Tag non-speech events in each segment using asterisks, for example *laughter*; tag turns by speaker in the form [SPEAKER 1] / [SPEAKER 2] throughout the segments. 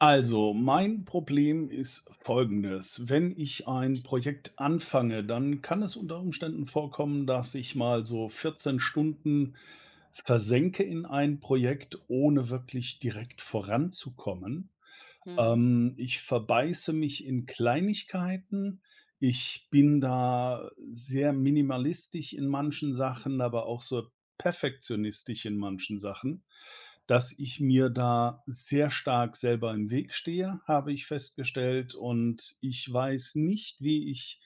[SPEAKER 1] Also, mein Problem ist folgendes. Wenn ich ein Projekt anfange, dann kann es unter Umständen vorkommen, dass ich mal so 14 Stunden versenke in ein Projekt, ohne wirklich direkt voranzukommen.
[SPEAKER 2] Mhm.
[SPEAKER 1] Ich verbeiße mich in Kleinigkeiten. Ich bin da sehr minimalistisch in manchen Sachen, aber auch so perfektionistisch in manchen Sachen, dass ich mir da sehr stark selber im Weg stehe, habe ich festgestellt. Und ich weiß nicht, wie ich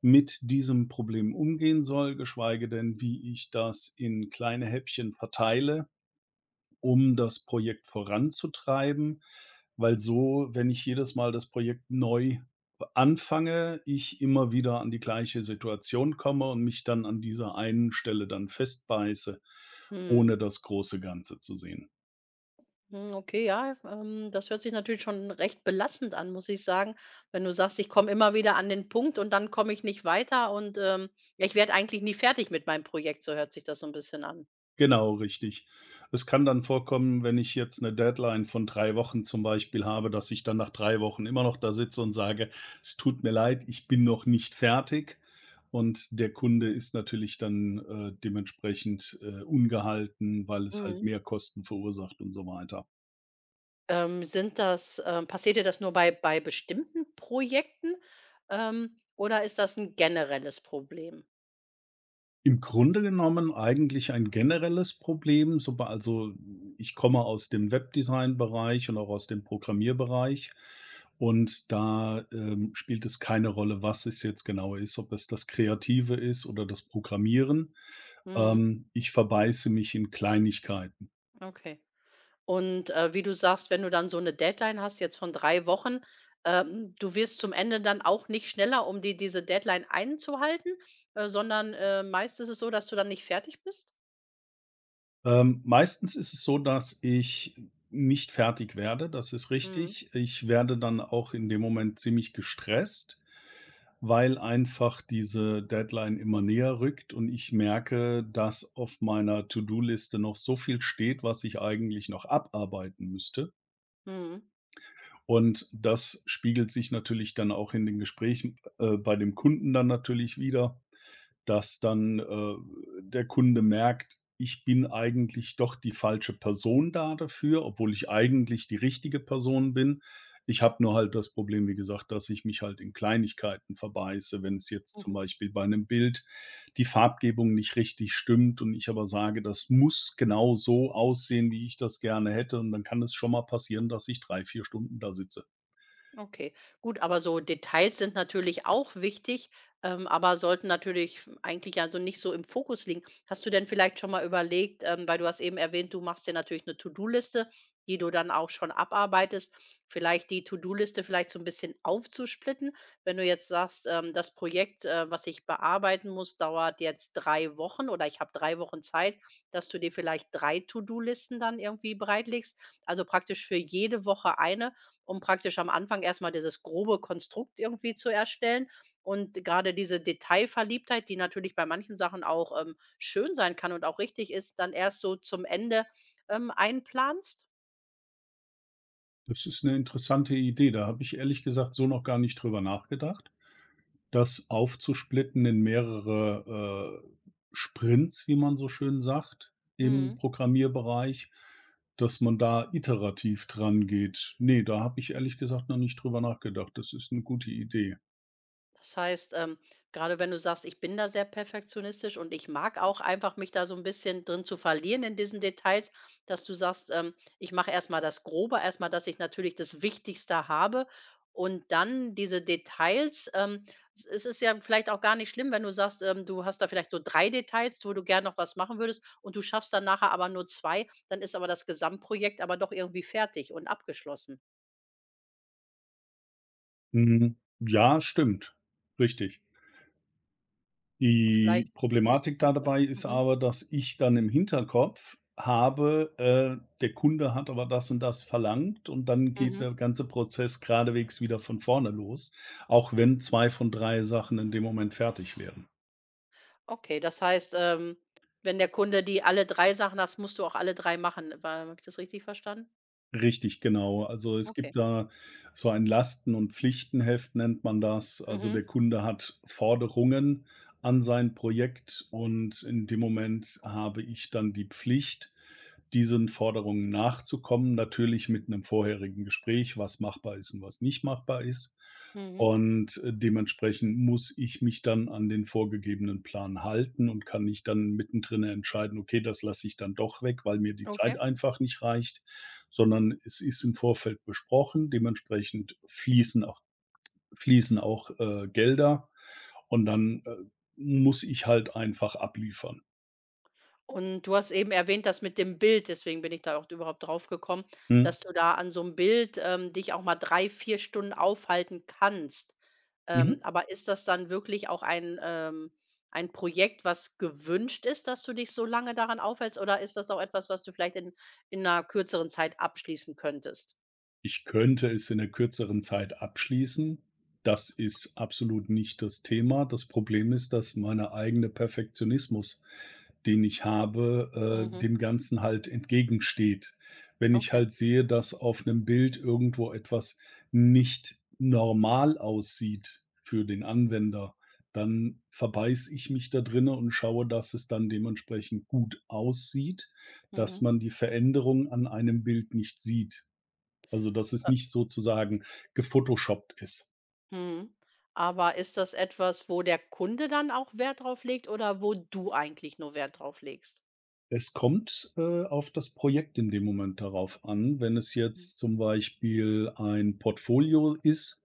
[SPEAKER 1] mit diesem Problem umgehen soll, geschweige denn, wie ich das in kleine Häppchen verteile, um das Projekt voranzutreiben, weil so, wenn ich jedes Mal das Projekt neu anfange, ich immer wieder an die gleiche Situation komme und mich dann an dieser einen Stelle dann festbeiße,
[SPEAKER 2] Mhm.
[SPEAKER 1] ohne das große Ganze zu sehen.
[SPEAKER 2] Hm, okay, ja, das hört sich natürlich schon recht belastend an, muss ich sagen. Wenn du sagst, ich komme immer wieder an den Punkt und dann komme ich nicht weiter und, ja, ich werde eigentlich nie fertig mit meinem Projekt, so hört sich das so ein bisschen an.
[SPEAKER 1] Genau, richtig. Es kann dann vorkommen, wenn ich jetzt eine Deadline von 3 Wochen zum Beispiel habe, dass ich dann nach 3 Wochen immer noch da sitze und sage: „Es tut mir leid, ich bin noch nicht fertig.“ Und der Kunde ist natürlich dann, dementsprechend, ungehalten, weil es halt
[SPEAKER 2] Mhm.
[SPEAKER 1] mehr Kosten verursacht und so weiter.
[SPEAKER 2] Sind das passiert dir das nur bei bestimmten Projekten, oder ist das ein generelles Problem?
[SPEAKER 1] Im Grunde genommen eigentlich ein generelles Problem, soba also, ich komme aus dem Webdesign-Bereich und auch aus dem Programmierbereich, und da, spielt es keine Rolle, was es jetzt genau ist, ob es das Kreative ist oder das Programmieren.
[SPEAKER 2] Mhm,
[SPEAKER 1] Ich verbeiße mich in Kleinigkeiten.
[SPEAKER 2] okay. Und, wie du sagst, wenn du dann so eine Deadline hast jetzt von 3 Wochen, du wirst zum Ende dann auch nicht schneller, um diese Deadline einzuhalten, sondern, meist ist es so, dass du dann nicht fertig bist?
[SPEAKER 1] Meistens ist es so, dass ich nicht fertig werde, das ist
[SPEAKER 2] Mhm.
[SPEAKER 1] richtig. Ich werde dann auch in dem Moment ziemlich gestresst, weil einfach diese Deadline immer näher rückt und ich merke, dass auf meiner To-do-Liste noch so viel steht, was ich eigentlich noch abarbeiten müsste.
[SPEAKER 2] Mhm.
[SPEAKER 1] Und das spiegelt sich natürlich dann auch in den Gesprächen, bei dem Kunden dann natürlich wieder, dass dann, der Kunde merkt, ich bin eigentlich doch die falsche Person da dafür, obwohl ich eigentlich die richtige Person bin. Ich habe nur halt das Problem, wie gesagt, dass ich mich halt in Kleinigkeiten verbeiße, wenn es jetzt zum
[SPEAKER 2] Mhm.
[SPEAKER 1] Beispiel bei einem Bild die Farbgebung nicht richtig stimmt und ich aber sage: „Das muss genau so aussehen, wie ich das gerne hätte“, und dann kann es schon mal passieren, dass ich 3 4 Stunden da sitze.
[SPEAKER 2] Okay, gut, aber so Details sind natürlich auch wichtig, aber sollten natürlich eigentlich also nicht so im Fokus liegen. Hast du denn vielleicht schon mal überlegt, weil du hast eben erwähnt, du machst dir natürlich eine To-Do-Liste, die du dann auch schon abarbeitest, vielleicht die To-Do-Liste vielleicht so ein bisschen aufzusplitten, wenn du jetzt sagst, das Projekt, was ich bearbeiten muss, dauert jetzt 3 Wochen oder ich habe 3 Wochen Zeit, dass du dir vielleicht drei To-Do-Listen dann irgendwie bereitlegst, also praktisch für jede Woche eine, um praktisch am Anfang erstmal dieses grobe Konstrukt irgendwie zu erstellen. Und gerade diese Detailverliebtheit, die natürlich bei manchen Sachen auch, schön sein kann und auch richtig ist, dann erst so zum Ende, einplanst?
[SPEAKER 1] Das ist eine interessante Idee. Da habe ich ehrlich gesagt so noch gar nicht drüber nachgedacht, das aufzusplitten in mehrere, Sprints, wie man so schön sagt, im
[SPEAKER 2] Mhm.
[SPEAKER 1] Programmierbereich, dass man da iterativ dran geht. Ne, da habe ich ehrlich gesagt noch nicht drüber nachgedacht. Das ist eine gute Idee.
[SPEAKER 2] Das heißt, grade wenn du sagst: „Ich bin da sehr perfektionistisch und ich mag auch einfach mich da so ein bisschen drin zu verlieren in diesen Details“, dass du sagst: „Ich mache erst mal das Grobe, erst mal, dass ich natürlich das Wichtigste habe und dann diese Details“, es ist ja vielleicht auch gar nicht schlimm, wenn du sagst, du hast da vielleicht so 3 Details, wo du gerne noch was machen würdest und du schaffst dann nachher aber nur 2, dann ist aber das Gesamtprojekt aber doch irgendwie fertig und abgeschlossen.
[SPEAKER 1] Mhm. Ja, stimmt. Richtig.
[SPEAKER 2] Vielleicht
[SPEAKER 1] Die
[SPEAKER 2] ist
[SPEAKER 1] Problematik da
[SPEAKER 2] ja,
[SPEAKER 1] dabei ist
[SPEAKER 2] mhm,
[SPEAKER 1] aber, dass ich dann im Hinterkopf habe, der Kunde hat aber das und das verlangt und dann geht
[SPEAKER 2] mhm.
[SPEAKER 1] der ganze Prozess geradewegs wieder von vorne los, auch wenn 2 von 3 Sachen in dem Moment fertig werden.
[SPEAKER 2] Okay, das heißt, wenn der Kunde die alle 3 Sachen hast, musst du auch alle 3 machen. Habe ich das richtig verstanden?
[SPEAKER 1] Richtig, genau. Also, es
[SPEAKER 2] Okay.
[SPEAKER 1] gibt da so ein Lasten und Pflichtenheft, nennt man das. Also,
[SPEAKER 2] Mhm,
[SPEAKER 1] der Kunde hat Forderungen an sein Projekt und in dem Moment habe ich dann die Pflicht, diesen Forderungen nachzukommen, natürlich mit einem vorherigen Gespräch, was machbar ist und was nicht machbar ist.
[SPEAKER 2] mhm.
[SPEAKER 1] Und, dementsprechend muss ich mich dann an den vorgegebenen Plan halten und kann nicht dann mittendrin entscheiden: „Okay, das lasse ich dann doch weg, weil mir die Zeit
[SPEAKER 2] Okay.
[SPEAKER 1] einfach nicht reicht.“ Sondern es ist im Vorfeld besprochen. Dementsprechend fließen auch Gelder und dann, muss ich halt einfach abliefern.
[SPEAKER 2] Und du hast eben erwähnt, das mit dem Bild, deswegen bin ich da auch überhaupt drauf gekommen,
[SPEAKER 1] Mhm.
[SPEAKER 2] dass du da an so einem Bild, dich auch mal 3, 4 Stunden aufhalten kannst. Ähm,
[SPEAKER 1] Mhm.
[SPEAKER 2] aber ist das dann wirklich auch ein Projekt, was gewünscht ist, dass du dich so lange daran aufhältst, oder ist das auch etwas, was du vielleicht in einer kürzeren Zeit abschließen könntest?
[SPEAKER 1] Ich könnte es in 'ner kürzeren Zeit abschließen. Das ist absolut nicht das Thema. Das Problem ist, dass meine eigene Perfektionismus, den ich habe,
[SPEAKER 2] Mhm,
[SPEAKER 1] dem Ganzen halt entgegensteht. Wenn ich
[SPEAKER 2] okay.
[SPEAKER 1] halt sehe, dass auf einem Bild irgendwo etwas nicht normal aussieht für den Anwender, dann verbeiße ich mich da drinne und schaue, dass es dann dementsprechend gut aussieht, dass
[SPEAKER 2] Mhm.
[SPEAKER 1] man die Veränderung an einem Bild nicht sieht. Also, dass es
[SPEAKER 2] Äh,
[SPEAKER 1] nicht sozusagen gefotoshoppt ist.
[SPEAKER 2] mhm. Aber ist das etwas, wo der Kunde dann auch Wert drauf legt oder wo du eigentlich nur Wert drauf legst?
[SPEAKER 1] Es kommt, auf das Projekt in dem Moment darauf an. Wenn es
[SPEAKER 2] Hm,
[SPEAKER 1] jetzt zum Beispiel ein Portfolio ist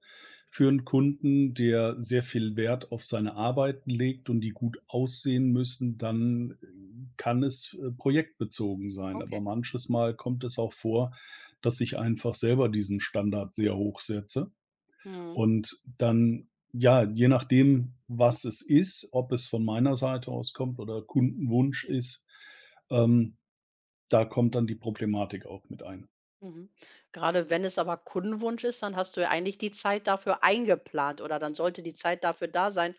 [SPEAKER 1] für einen Kunden, der sehr viel Wert auf seine Arbeiten legt und die gut aussehen müssen, dann, kann es, projektbezogen sein.
[SPEAKER 2] okay.
[SPEAKER 1] Aber manches Mal kommt es auch vor, dass ich einfach selber diesen Standard sehr hoch setze.
[SPEAKER 2] Mhm.
[SPEAKER 1] Und dann, ja, je nachdem, was es ist, ob es von meiner Seite aus kommt oder Kundenwunsch ist, ähm, da kommt dann die Problematik auch mit ein.
[SPEAKER 2] Mhm. Gerade wenn es aber Kundenwunsch ist, dann hast du ja eigentlich die Zeit dafür eingeplant oder dann sollte die Zeit dafür da sein.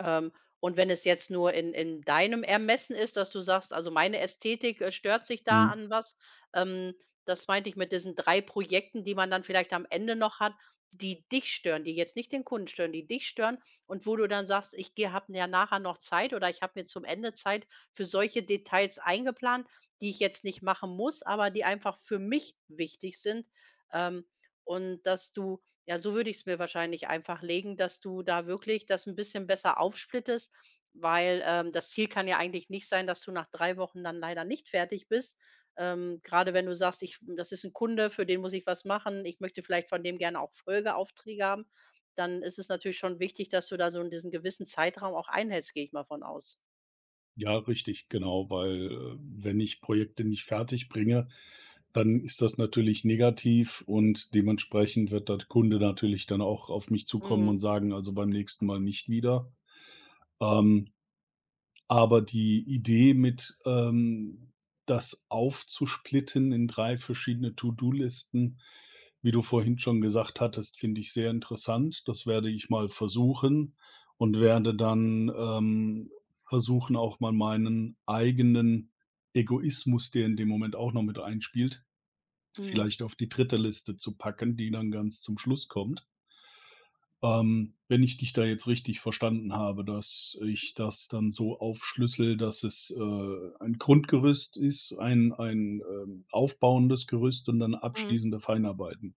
[SPEAKER 2] Ähm, und wenn es jetzt nur in, deinem Ermessen ist, dass du sagst, also meine Ästhetik stört sich da
[SPEAKER 1] Mhm.
[SPEAKER 2] an was, ähm, das meinte ich mit diesen drei Projekten, die man dann vielleicht am Ende noch hat, die dich stören, die jetzt nicht den Kunden stören, die dich stören und wo du dann sagst, ich habe ja nachher noch Zeit oder ich habe mir zum Ende Zeit für solche Details eingeplant, die ich jetzt nicht machen muss, aber die einfach für mich wichtig sind. Ähm, und dass du, ja, so würde ich es mir wahrscheinlich einfach legen, dass du da wirklich das ein bisschen besser aufsplittest, weil, das Ziel kann ja eigentlich nicht sein, dass du nach 3 Wochen dann leider nicht fertig bist. Grade wenn du sagst: „Ich das ist ein Kunde, für den muss ich was machen. Ich möchte vielleicht von dem gerne auch Folgeaufträge haben.“ Dann ist es natürlich schon wichtig, dass du da so in diesen gewissen Zeitraum auch einhältst, gehe ich mal von aus.
[SPEAKER 1] Ja, richtig, genau, weil, wenn ich Projekte nicht fertig bringe, dann ist das natürlich negativ und dementsprechend wird der Kunde natürlich dann auch auf mich zukommen und
[SPEAKER 2] Mhm,
[SPEAKER 1] sagen: „Also, beim nächsten Mal nicht wieder.“ Ähm Aber die Idee mit, das aufzusplitten in 3 verschiedene To-do-Listen, wie du vorhin schon gesagt hattest, finde ich sehr interessant. Das werde ich mal versuchen und werde dann, versuchen, auch mal meinen eigenen Egoismus, der in dem Moment auch noch mit einspielt,
[SPEAKER 2] mhm,
[SPEAKER 1] vielleicht auf die dritte Liste zu packen, die dann ganz zum Schluss kommt. Wenn ich dich da jetzt richtig verstanden habe, dass ich das dann so aufschlüssel, dass es, ein Grundgerüst ist, ein aufbauendes Gerüst und dann
[SPEAKER 2] mhm.
[SPEAKER 1] abschließende Feinarbeiten.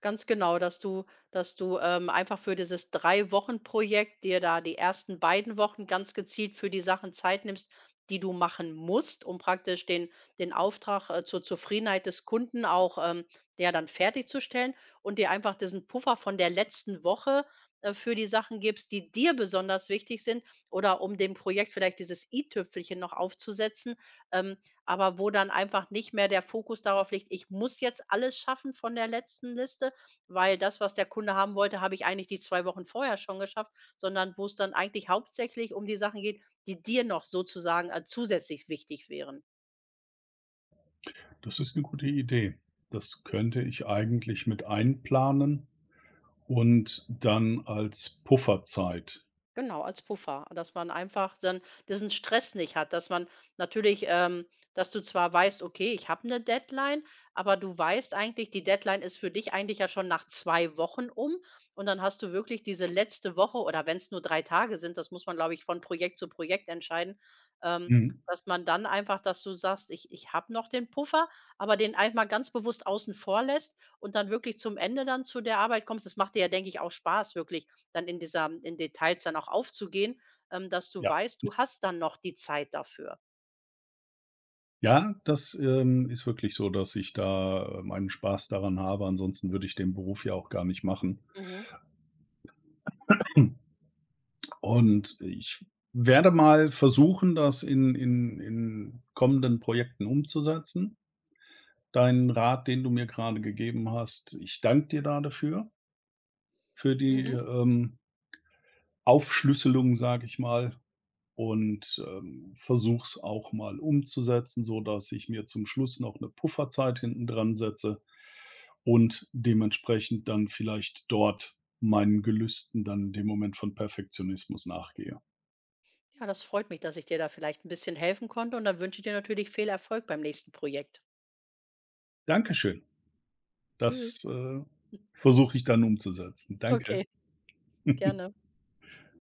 [SPEAKER 2] Ganz genau, dass du, einfach für dieses 3 Wochen-Projekt dir da die ersten beiden Wochen ganz gezielt für die Sachen Zeit nimmst, die du machen musst, um praktisch den Auftrag, zur Zufriedenheit des Kunden auch, ja, dann fertigzustellen und dir einfach diesen Puffer von der letzten Woche, für die Sachen gibst, die dir besonders wichtig sind oder um dem Projekt vielleicht dieses i-Tüpfelchen noch aufzusetzen, ähm, aber wo dann einfach nicht mehr der Fokus darauf liegt: „Ich muss jetzt alles schaffen von der letzten Liste“, weil das, was der Kunde haben wollte, habe ich eigentlich die 2 Wochen vorher schon geschafft, sondern wo es dann eigentlich hauptsächlich um die Sachen geht, die dir noch sozusagen, zusätzlich wichtig wären.
[SPEAKER 1] Das ist eine gute Idee. Das könnte ich eigentlich mit einplanen und dann als Pufferzeit.
[SPEAKER 2] Genau, als Puffer, dass man einfach dann diesen Stress nicht hat, dass man natürlich dass du zwar weißt: „Okay, ich habe eine Deadline“, aber du weißt eigentlich, die Deadline ist für dich eigentlich ja schon nach 2 Wochen um und dann hast du wirklich diese letzte Woche oder wenn es nur 3 Tage sind, das muss man, glaube ich, von Projekt zu Projekt entscheiden, ähm,
[SPEAKER 1] Mhm,
[SPEAKER 2] dass man dann einfach dass du sagst: „Ich habe noch den Puffer“, aber den einmal ganz bewusst außen vor lässt und dann wirklich zum Ende dann zu der Arbeit kommst. Das macht dir ja, denke ich, auch Spaß wirklich, dann in dieser in Details dann auch aufzugehen, dass du
[SPEAKER 1] ja.
[SPEAKER 2] weißt, du hast dann noch die Zeit dafür.
[SPEAKER 1] Ja, das, ist wirklich so, dass ich da, meinen Spaß daran habe. Ansonsten würde ich den Beruf ja auch gar nicht machen.
[SPEAKER 2] Mhm.
[SPEAKER 1] *clears throat* Und ich werde mal versuchen, das in kommenden Projekten umzusetzen. Deinen Rat, den du mir gerade gegeben hast, ich danke dir da dafür, für die,
[SPEAKER 2] Mhm.
[SPEAKER 1] Aufschlüsselung, sage ich mal, und, versuche auch mal umzusetzen, so dass ich mir zum Schluss noch eine Pufferzeit hinten dran setze und dementsprechend dann vielleicht dort meinen Gelüsten dann in dem Moment von Perfektionismus nachgehe.
[SPEAKER 2] Ja, das freut mich, dass ich dir da vielleicht ein bisschen helfen konnte und dann wünsche ich dir natürlich viel Erfolg beim nächsten Projekt.
[SPEAKER 1] Dankeschön.
[SPEAKER 2] Tschüss.
[SPEAKER 1] Das,
[SPEAKER 2] *laughs*
[SPEAKER 1] versuche ich dann umzusetzen. Danke.
[SPEAKER 2] Okay, gerne.